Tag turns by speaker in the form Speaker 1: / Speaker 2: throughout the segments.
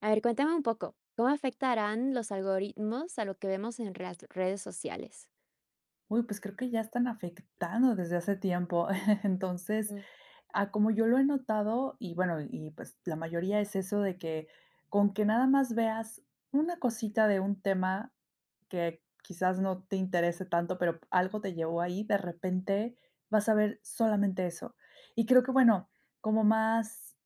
Speaker 1: A ver, cuéntame un poco, ¿cómo afectarán los algoritmos a lo que vemos en las redes sociales?
Speaker 2: Uy, pues creo que ya están afectando desde hace tiempo. Entonces,
Speaker 1: Mm.
Speaker 2: como yo lo he notado, y bueno, y pues la mayoría es eso de que con que nada más veas una cosita de un tema que quizás no te interese tanto, pero algo te llevó ahí, de repente vas a ver solamente eso. Y creo que, bueno, como más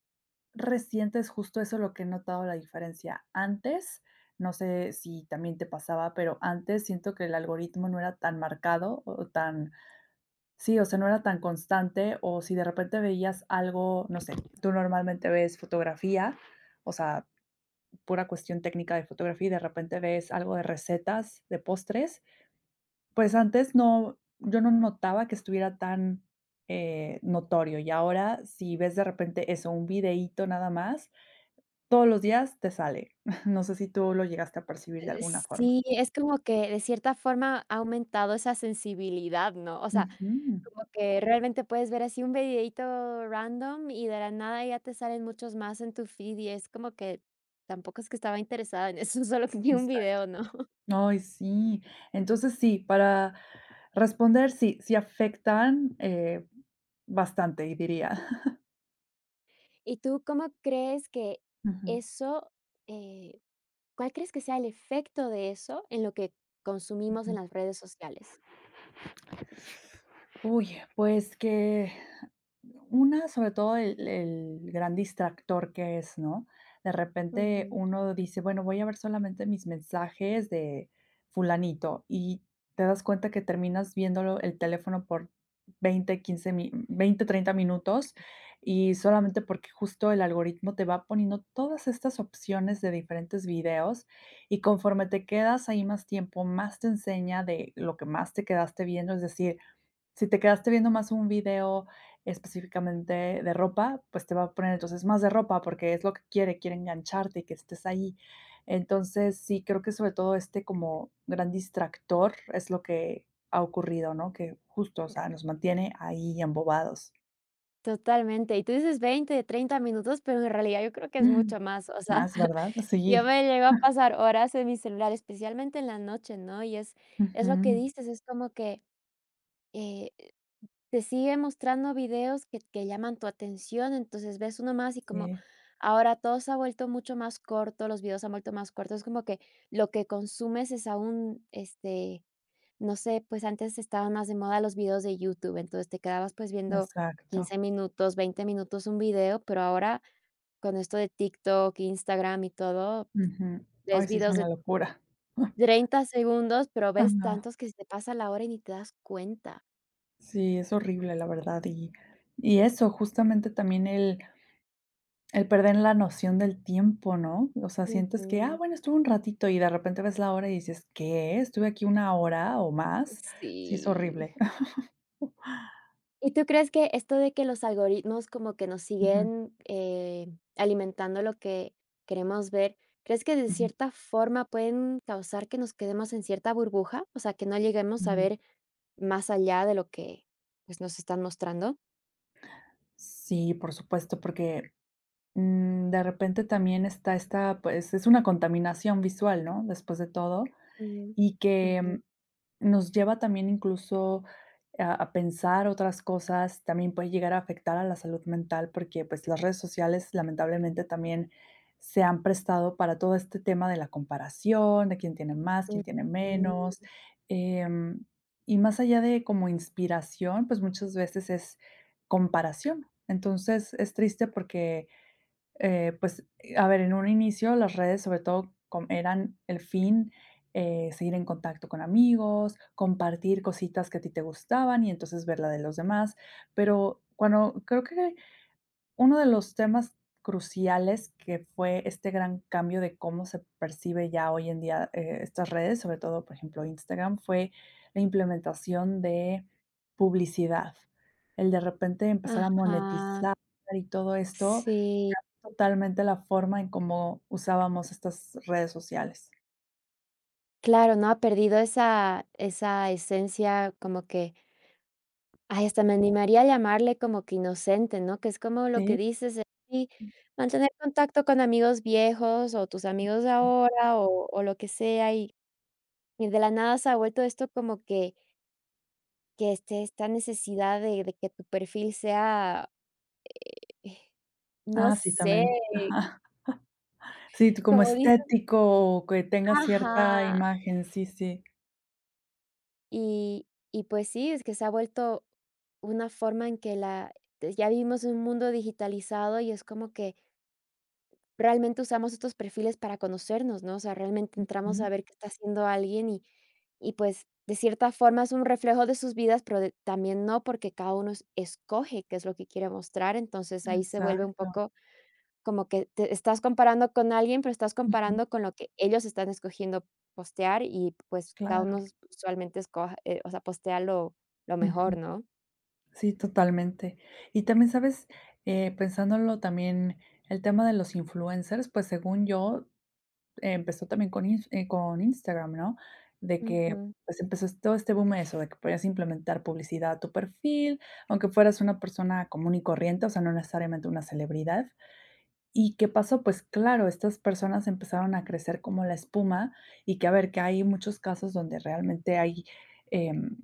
Speaker 2: recientes, justo eso lo que he notado la diferencia. Antes, no sé si también te pasaba, pero antes siento que el algoritmo no era tan marcado o tan, sí, o sea, no era tan constante o si de repente veías algo, no sé, tú normalmente ves fotografía, o sea, pura cuestión técnica de fotografía y de repente ves algo de recetas, de postres, pues antes no, yo no notaba que estuviera tan notorio. Y ahora si ves de repente eso, un videíto nada más todos los días te sale. No sé si tú lo llegaste a percibir de alguna forma.
Speaker 1: Sí, es como que de cierta forma ha aumentado esa sensibilidad, ¿no? O sea,
Speaker 2: Ujú,
Speaker 1: como que realmente puedes ver así un videito random y de la nada ya te salen muchos más en tu feed y es como que tampoco es que estaba interesada en eso, solo que vi un
Speaker 2: exacto.
Speaker 1: video, ¿no?
Speaker 2: Ay, sí. Entonces, sí, para responder, sí, sí afectan, bastante, diría.
Speaker 1: ¿Y tú cómo crees que
Speaker 2: Ujú,
Speaker 1: eso, eh, cuál crees que sea el efecto de eso en lo que consumimos en
Speaker 2: ujú.
Speaker 1: las redes sociales?
Speaker 2: Uy, pues que una, sobre todo el gran distractor que es, ¿no? De repente
Speaker 1: Ujú.
Speaker 2: uno dice: "Bueno, voy a ver solamente mis mensajes de fulanito", y te das cuenta que terminas viéndolo el teléfono por 20 15 mi 20, 30 minutos, y solamente porque justo el algoritmo te va poniendo todas estas opciones de diferentes videos, y conforme te quedas ahí más tiempo, más te enseña de lo que más te quedaste viendo, es decir, si te quedaste viendo más un video específicamente de ropa, pues, te va a poner entonces más de ropa, porque es lo que quiere, quiere engancharte y que estés ahí. Entonces, sí, creo que sobre todo este como gran distractor es lo que ha ocurrido, ¿no? Que justo, o sea, nos mantiene ahí embobados.
Speaker 1: Totalmente. Y tú dices 20, 30 minutos, pero en realidad yo creo que es
Speaker 2: Mm,
Speaker 1: mucho más. O sea,
Speaker 2: más, ¿verdad?
Speaker 1: yo
Speaker 2: Sí.
Speaker 1: me llego a pasar horas en mi celular, especialmente en la noche, ¿no? Y es lo que
Speaker 2: Ujú.
Speaker 1: dices, es como que eh, te sigue mostrando videos que llaman tu atención, entonces ves uno más y como
Speaker 2: Sí,
Speaker 1: ahora todo se ha vuelto mucho más corto, los videos se han vuelto más cortos, es como que lo que consumes es aún, este, no sé, pues antes estaban más de moda los videos de YouTube, entonces te quedabas, pues, viendo
Speaker 2: exacto.
Speaker 1: 15 minutos, 20 minutos un video, pero ahora con esto de TikTok, Instagram y todo,
Speaker 2: Ujú.
Speaker 1: ves
Speaker 2: Ay, sí, es
Speaker 1: videos de
Speaker 2: una locura.
Speaker 1: 30 segundos, pero ves
Speaker 2: Ajá.
Speaker 1: tantos que se te pasa la hora y ni te das cuenta.
Speaker 2: Sí, es horrible, la verdad. Y eso, justamente también el perder la noción del tiempo, ¿no? O sea, sientes que, ah,
Speaker 1: Ujú.
Speaker 2: bueno, estuve un ratito y de repente ves la hora y dices, ¿qué? Estuve aquí una hora o más. Sí, es
Speaker 1: Sí.
Speaker 2: horrible.
Speaker 1: ¿Y tú crees que esto de que los algoritmos como que nos
Speaker 2: Ujú,
Speaker 1: siguen, alimentando lo que queremos ver, crees que de
Speaker 2: ujú,
Speaker 1: cierta forma pueden causar que nos quedemos en cierta burbuja? O sea, que no lleguemos a
Speaker 2: ujú.
Speaker 1: ver más allá de lo que, pues, nos están mostrando.
Speaker 2: Sí, por supuesto, porque de repente también está esta, pues es una contaminación visual, ¿no? Después de todo.
Speaker 1: Mm,
Speaker 2: Y
Speaker 1: ujú,
Speaker 2: que Nos lleva también incluso a pensar otras cosas, también puede llegar a afectar a la salud mental, porque, pues, las redes sociales lamentablemente también se han prestado para todo este tema de la comparación, de quién tiene más, quién tiene menos,
Speaker 1: ujú.
Speaker 2: em, y más allá de como inspiración, pues, muchas veces es comparación. Entonces, es triste porque pues, a ver, en un inicio las redes, sobre todo, com eran el fin, seguir en contacto con amigos, compartir cositas que a ti te gustaban y entonces ver la de los demás. Pero cuando creo que uno de los temas cruciales que fue este gran cambio de cómo se percibe ya hoy en día, estas redes, sobre todo, por ejemplo, Instagram, fue la implementación de publicidad. El de repente empezar a
Speaker 1: Ajá,
Speaker 2: monetizar y todo esto,
Speaker 1: sí,
Speaker 2: totalmente la forma en cómo usábamos estas redes sociales.
Speaker 1: claro, no ha perdido esa esencia como que. Ay, hasta me animaría a llamarle como que inocente, ¿no? Que es como lo que
Speaker 2: Sí.
Speaker 1: dices, y mantener contacto con amigos viejos o tus amigos de ahora o lo que sea, y de la nada se ha vuelto esto como que, esta necesidad de que tu perfil sea, eh, no
Speaker 2: Ah, sí,
Speaker 1: sé,
Speaker 2: también. Sí, tú como
Speaker 1: como dices
Speaker 2: estético, que tenga
Speaker 1: ajá,
Speaker 2: cierta imagen, sí, sí.
Speaker 1: y y pues sí, es que se ha vuelto una forma en que la ya vivimos en un mundo digitalizado y es como que realmente usamos estos perfiles para conocernos, ¿no? O sea, realmente entramos a
Speaker 2: Ujú,
Speaker 1: ver qué está haciendo alguien y, pues, de cierta forma es un reflejo de sus vidas, pero de también no, porque cada uno es escoge qué es lo que quiere mostrar, entonces ahí se vuelve un
Speaker 2: exacto.
Speaker 1: poco como que te estás comparando con alguien, pero estás
Speaker 2: Ujú,
Speaker 1: comparando con lo que ellos están escogiendo postear y, pues, cada uno
Speaker 2: claro.
Speaker 1: usualmente escoja, o sea, postea lo mejor,
Speaker 2: Ujú.
Speaker 1: ¿no?
Speaker 2: Sí, totalmente. Y también, ¿sabes? Pensándolo también, el tema de los influencers, pues, según yo, empezó también con ins con Instagram, ¿no? De que,
Speaker 1: Ujú,
Speaker 2: pues, empezó es todo este boom eso, de que podías implementar publicidad a tu perfil, aunque fueras una persona común y corriente, o sea, no necesariamente una celebridad. ¿Y qué pasó? Pues claro, estas personas empezaron a crecer como la espuma y que, a ver, que hay muchos casos donde realmente hay, em,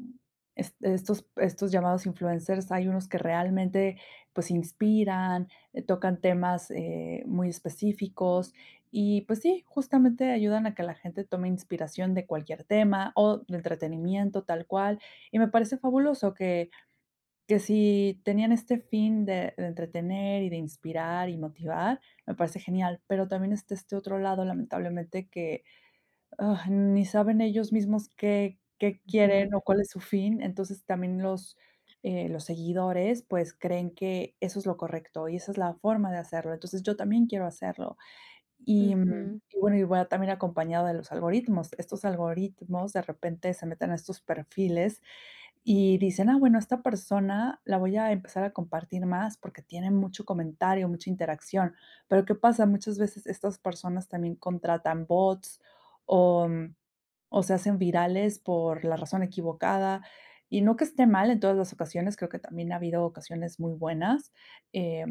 Speaker 2: es estos estos llamados influencers, hay unos que realmente, pues, inspiran, tocan temas, muy específicos y, pues sí, justamente ayudan a que la gente tome inspiración de cualquier tema o de entretenimiento tal cual, y me parece fabuloso que si tenían este fin de entretener y de inspirar y motivar, me parece genial, pero también está este otro lado, lamentablemente, que, ni saben ellos mismos qué quieren o cuál es su fin. Entonces, también los seguidores, pues, creen que eso es lo correcto y esa es la forma de hacerlo. Entonces, yo también quiero hacerlo. Y, mm,
Speaker 1: ujú,
Speaker 2: y bueno, y va también acompañado de los algoritmos. Estos algoritmos de repente se meten a estos perfiles y dicen: "Ah, bueno, esta persona la voy a empezar a compartir más porque tiene mucho comentario, mucha interacción". Pero, ¿qué pasa? Muchas veces estas personas también contratan bots o, mm, o se hacen virales por la razón equivocada. Y no que esté mal en todas las ocasiones, creo que también ha habido ocasiones muy buenas, eh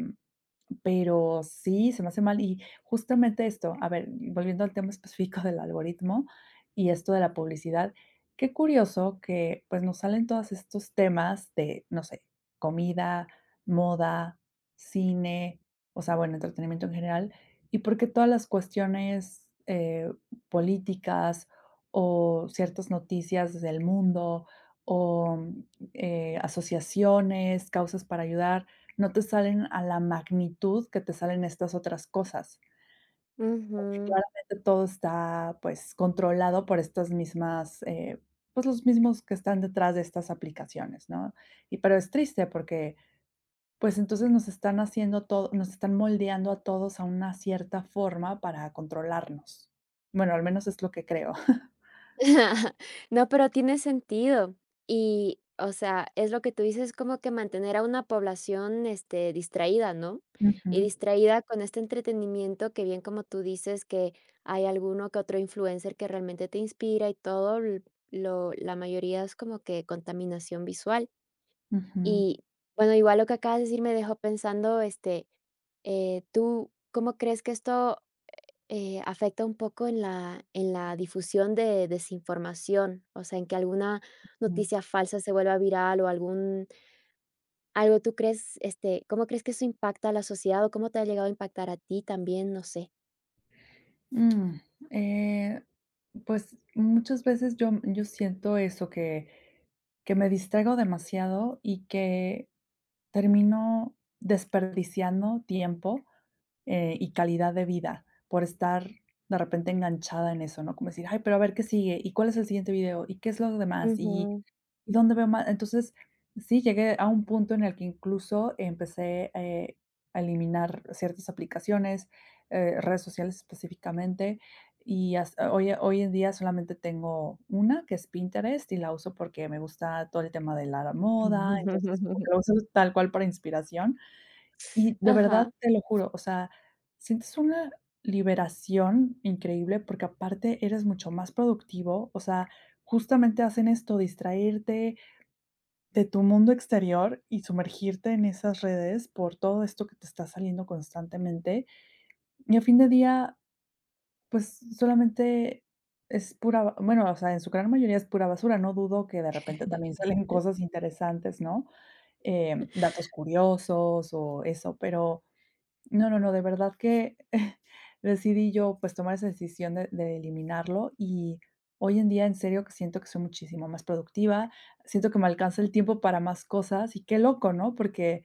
Speaker 2: pero sí, se me hace mal. Y justamente esto, a ver, volviendo al tema específico del algoritmo y esto de la publicidad, qué curioso que pues nos salen todos estos temas de, no sé, comida, moda, cine, o sea, bueno, entretenimiento en general, y porque todas las cuestiones políticas o ciertas noticias del mundo o mm, asociaciones, causas para ayudar no te salen a la magnitud que te salen estas otras cosas, porque
Speaker 1: ujú.
Speaker 2: claramente todo está, pues, controlado por estas mismas, pues, los mismos que están detrás de estas aplicaciones, ¿no? Y pero es triste porque, pues, entonces nos están haciendo todo nos están moldeando a todos a una cierta forma para controlarnos. Bueno, al menos es lo que creo.
Speaker 1: No, pero tiene sentido. Y, o sea, es lo que tú dices, como que mantener a una población, distraída, ¿no? Y
Speaker 2: Ujú,
Speaker 1: distraída con este entretenimiento que bien como tú dices que hay alguno que otro influencer que realmente te inspira y todo, la mayoría es como que contaminación visual.
Speaker 2: ujú,
Speaker 1: Y bueno, igual lo que acabas de decir me dejó pensando, ¿tú cómo crees que esto afecta un poco en la difusión de desinformación, o sea, en que alguna
Speaker 2: mm.
Speaker 1: noticia falsa se vuelva viral o algún algo tú crees, ¿cómo crees que eso impacta a la sociedad o cómo te ha llegado a impactar a ti también? No sé.
Speaker 2: Mm, eh, pues, muchas veces yo siento eso que me distraigo demasiado y que termino desperdiciando tiempo, y calidad de vida por estar de repente enganchada en eso, ¿no? Como decir: "Ay, pero a ver qué sigue, y cuál es el siguiente video, y qué es lo demás, y
Speaker 1: Ujú.
Speaker 2: ¿dónde veo más?". Entonces, sí, llegué a un punto en el que incluso empecé, a eliminar ciertas aplicaciones, redes sociales específicamente, y hasta hoy en día solamente tengo una, que es Pinterest, y la uso porque me gusta todo el tema de la moda, entonces como que lo uso tal cual para inspiración. Y de verdad,
Speaker 1: Ajá.
Speaker 2: te lo juro, o sea, sientes una liberación increíble porque aparte eres mucho más productivo, o sea, justamente hacen esto, distraerte, de tu mundo exterior y sumergirte en esas redes por todo esto que te está saliendo constantemente. Y a fin de día, pues solamente es pura, bueno, o sea, en su gran mayoría es pura basura. No dudo que de repente también salen cosas interesantes, ¿no? Datos curiosos o eso, pero no, no, no, de verdad que decidí yo, pues, tomar esa decisión de eliminarlo, y hoy en día, en serio, que siento que soy muchísimo más productiva, siento que me alcanza el tiempo para más cosas, y qué loco, ¿no? Porque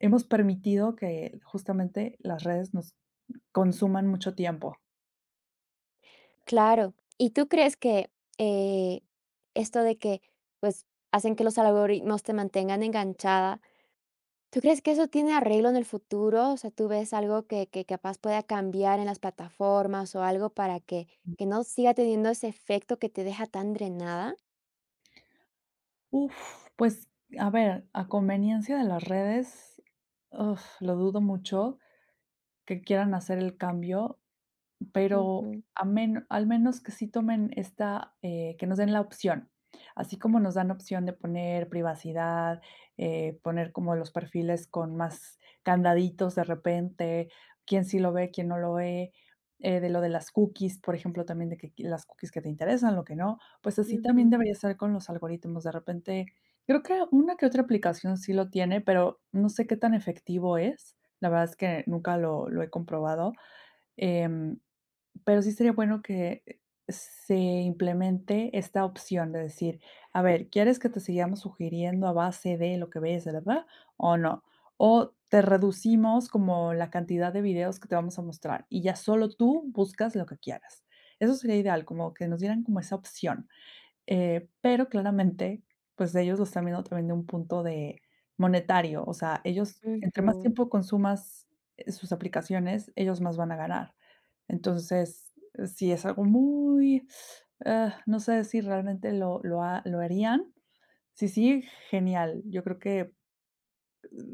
Speaker 2: hemos permitido que justamente las redes nos consuman mucho tiempo.
Speaker 1: Claro. ¿Y tú crees que eh, esto de que pues hacen que los algoritmos te mantengan enganchada? ¿Tú crees que eso tiene arreglo en el futuro? O sea, ¿tú ves algo que capaz pueda cambiar en las plataformas o algo para que no siga teniendo ese efecto que te deja tan drenada?
Speaker 2: Uf, pues, a ver, a conveniencia de las redes, uf, lo dudo mucho que quieran hacer el cambio. Pero
Speaker 1: Ujú,
Speaker 2: a men al menos que sí tomen esta, que nos den la opción, así como nos dan opción de poner privacidad, poner como los perfiles con más candaditos de repente, quién sí lo ve, quién no lo ve, de lo de las cookies, por ejemplo, también de que las cookies que te interesan, lo que no, pues así también
Speaker 1: ujú.
Speaker 2: debería ser con los algoritmos. De repente, creo que una que otra aplicación sí lo tiene, pero no sé qué tan efectivo es. La verdad es que nunca lo he comprobado, em, pero sí sería bueno que se implemente esta opción de decir, a ver, ¿quieres que te sigamos sugiriendo a base de lo que ves, verdad? ¿O no? O te reducimos como la cantidad de videos que te vamos a mostrar y ya solo tú buscas lo que quieras. Eso sería ideal, como que nos dieran como esa opción. Pero claramente, pues ellos lo están viendo también de un punto de monetario, o sea, ellos, entre más
Speaker 1: Ujú.
Speaker 2: tiempo consumas, sus aplicaciones, ellos más van a ganar. Entonces, sí es algo muy, no sé si realmente lo harían. Sí sí, genial. Yo creo que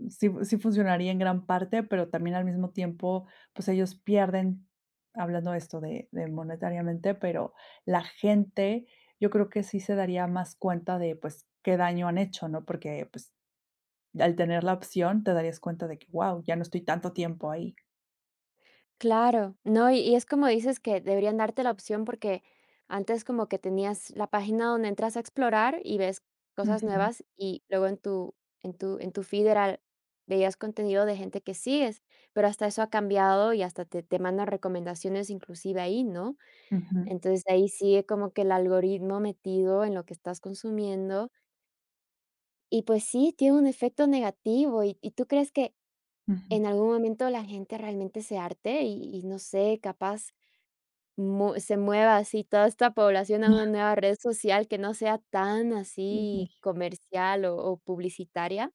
Speaker 2: sí sí funcionaría en gran parte, pero también al mismo tiempo, pues, ellos pierden, hablando de esto de monetariamente, pero la gente, yo creo que sí se daría más cuenta de, pues, qué daño han hecho, ¿no? Porque, pues, al tener la opción, te darías cuenta de que, wow, ya no estoy tanto tiempo ahí.
Speaker 1: Claro. No, y es como dices que deberían darte la opción porque antes como que tenías la página donde entras a explorar y ves cosas
Speaker 2: Ujú,
Speaker 1: nuevas y luego en tu feed era veías contenido de gente que sigues, pero hasta eso ha cambiado y hasta te mandan recomendaciones inclusive ahí, ¿no?
Speaker 2: ujú,
Speaker 1: Entonces, ahí sigue como que el algoritmo metido en lo que estás consumiendo y, pues sí, tiene un efecto negativo. ¿Y tú crees que
Speaker 2: ujú.
Speaker 1: en algún momento la gente realmente se harte y no sé, capaz mu se mueva así toda esta población a una nueva red social que no sea tan
Speaker 2: Uy.
Speaker 1: así comercial o publicitaria?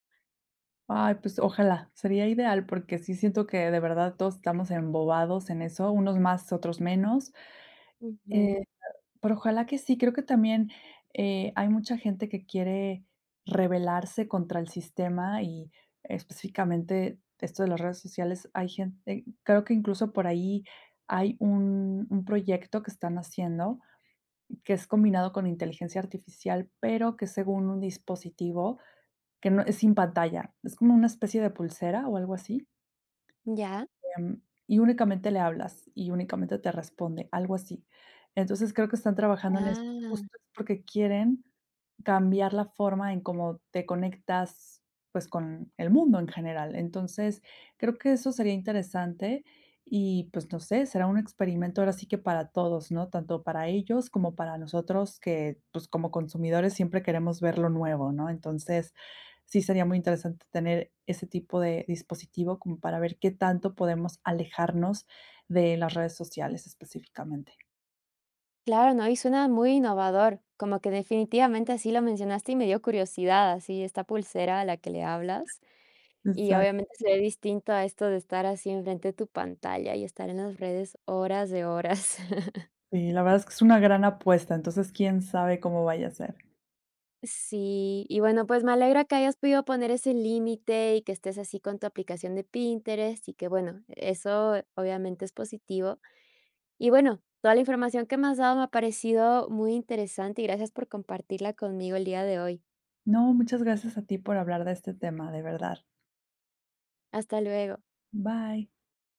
Speaker 2: Ay, pues ojalá, sería ideal, porque sí siento que de verdad todos estamos embobados en eso, unos más, otros menos.
Speaker 1: Ujú.
Speaker 2: Eh, Pero ojalá que sí, creo que también, hay mucha gente que quiere rebelarse contra el sistema y específicamente esto de las redes sociales, hay gente creo que incluso por ahí hay un proyecto que están haciendo, que es combinado con inteligencia artificial, pero que según un dispositivo que no es sin pantalla, es como una especie de pulsera o algo así,
Speaker 1: Ya.
Speaker 2: y únicamente le hablas y únicamente te responde, algo así. Entonces, creo que están trabajando en eso,
Speaker 1: Ah,
Speaker 2: justo es porque quieren cambiar la forma en cómo te conectas, pues, con el mundo en general. Entonces, creo que eso sería interesante y, pues, no sé, será un experimento ahora sí que para todos, ¿no? Tanto para ellos como para nosotros que, pues, como consumidores siempre queremos ver lo nuevo, ¿no? Entonces, sí sería muy interesante tener ese tipo de dispositivo como para ver qué tanto podemos alejarnos de las redes sociales específicamente.
Speaker 1: claro, no, y suena muy innovador, como que definitivamente así lo mencionaste y me dio curiosidad, así esta pulsera a la que le hablas. Y
Speaker 2: Exacto,
Speaker 1: obviamente se ve distinto a esto de estar así enfrente de tu pantalla y estar en las redes horas de horas.
Speaker 2: sí, la verdad es que es una gran apuesta, entonces quién sabe cómo vaya a ser.
Speaker 1: Sí, y bueno, pues me alegra que hayas podido poner ese límite y que estés así con tu aplicación de Pinterest y que bueno, eso obviamente es positivo. Y bueno, toda la información que me has dado me ha parecido muy interesante y gracias por compartirla conmigo el día de hoy.
Speaker 2: No, muchas gracias a ti por hablar de este tema, de verdad.
Speaker 1: Hasta luego.
Speaker 2: Bye.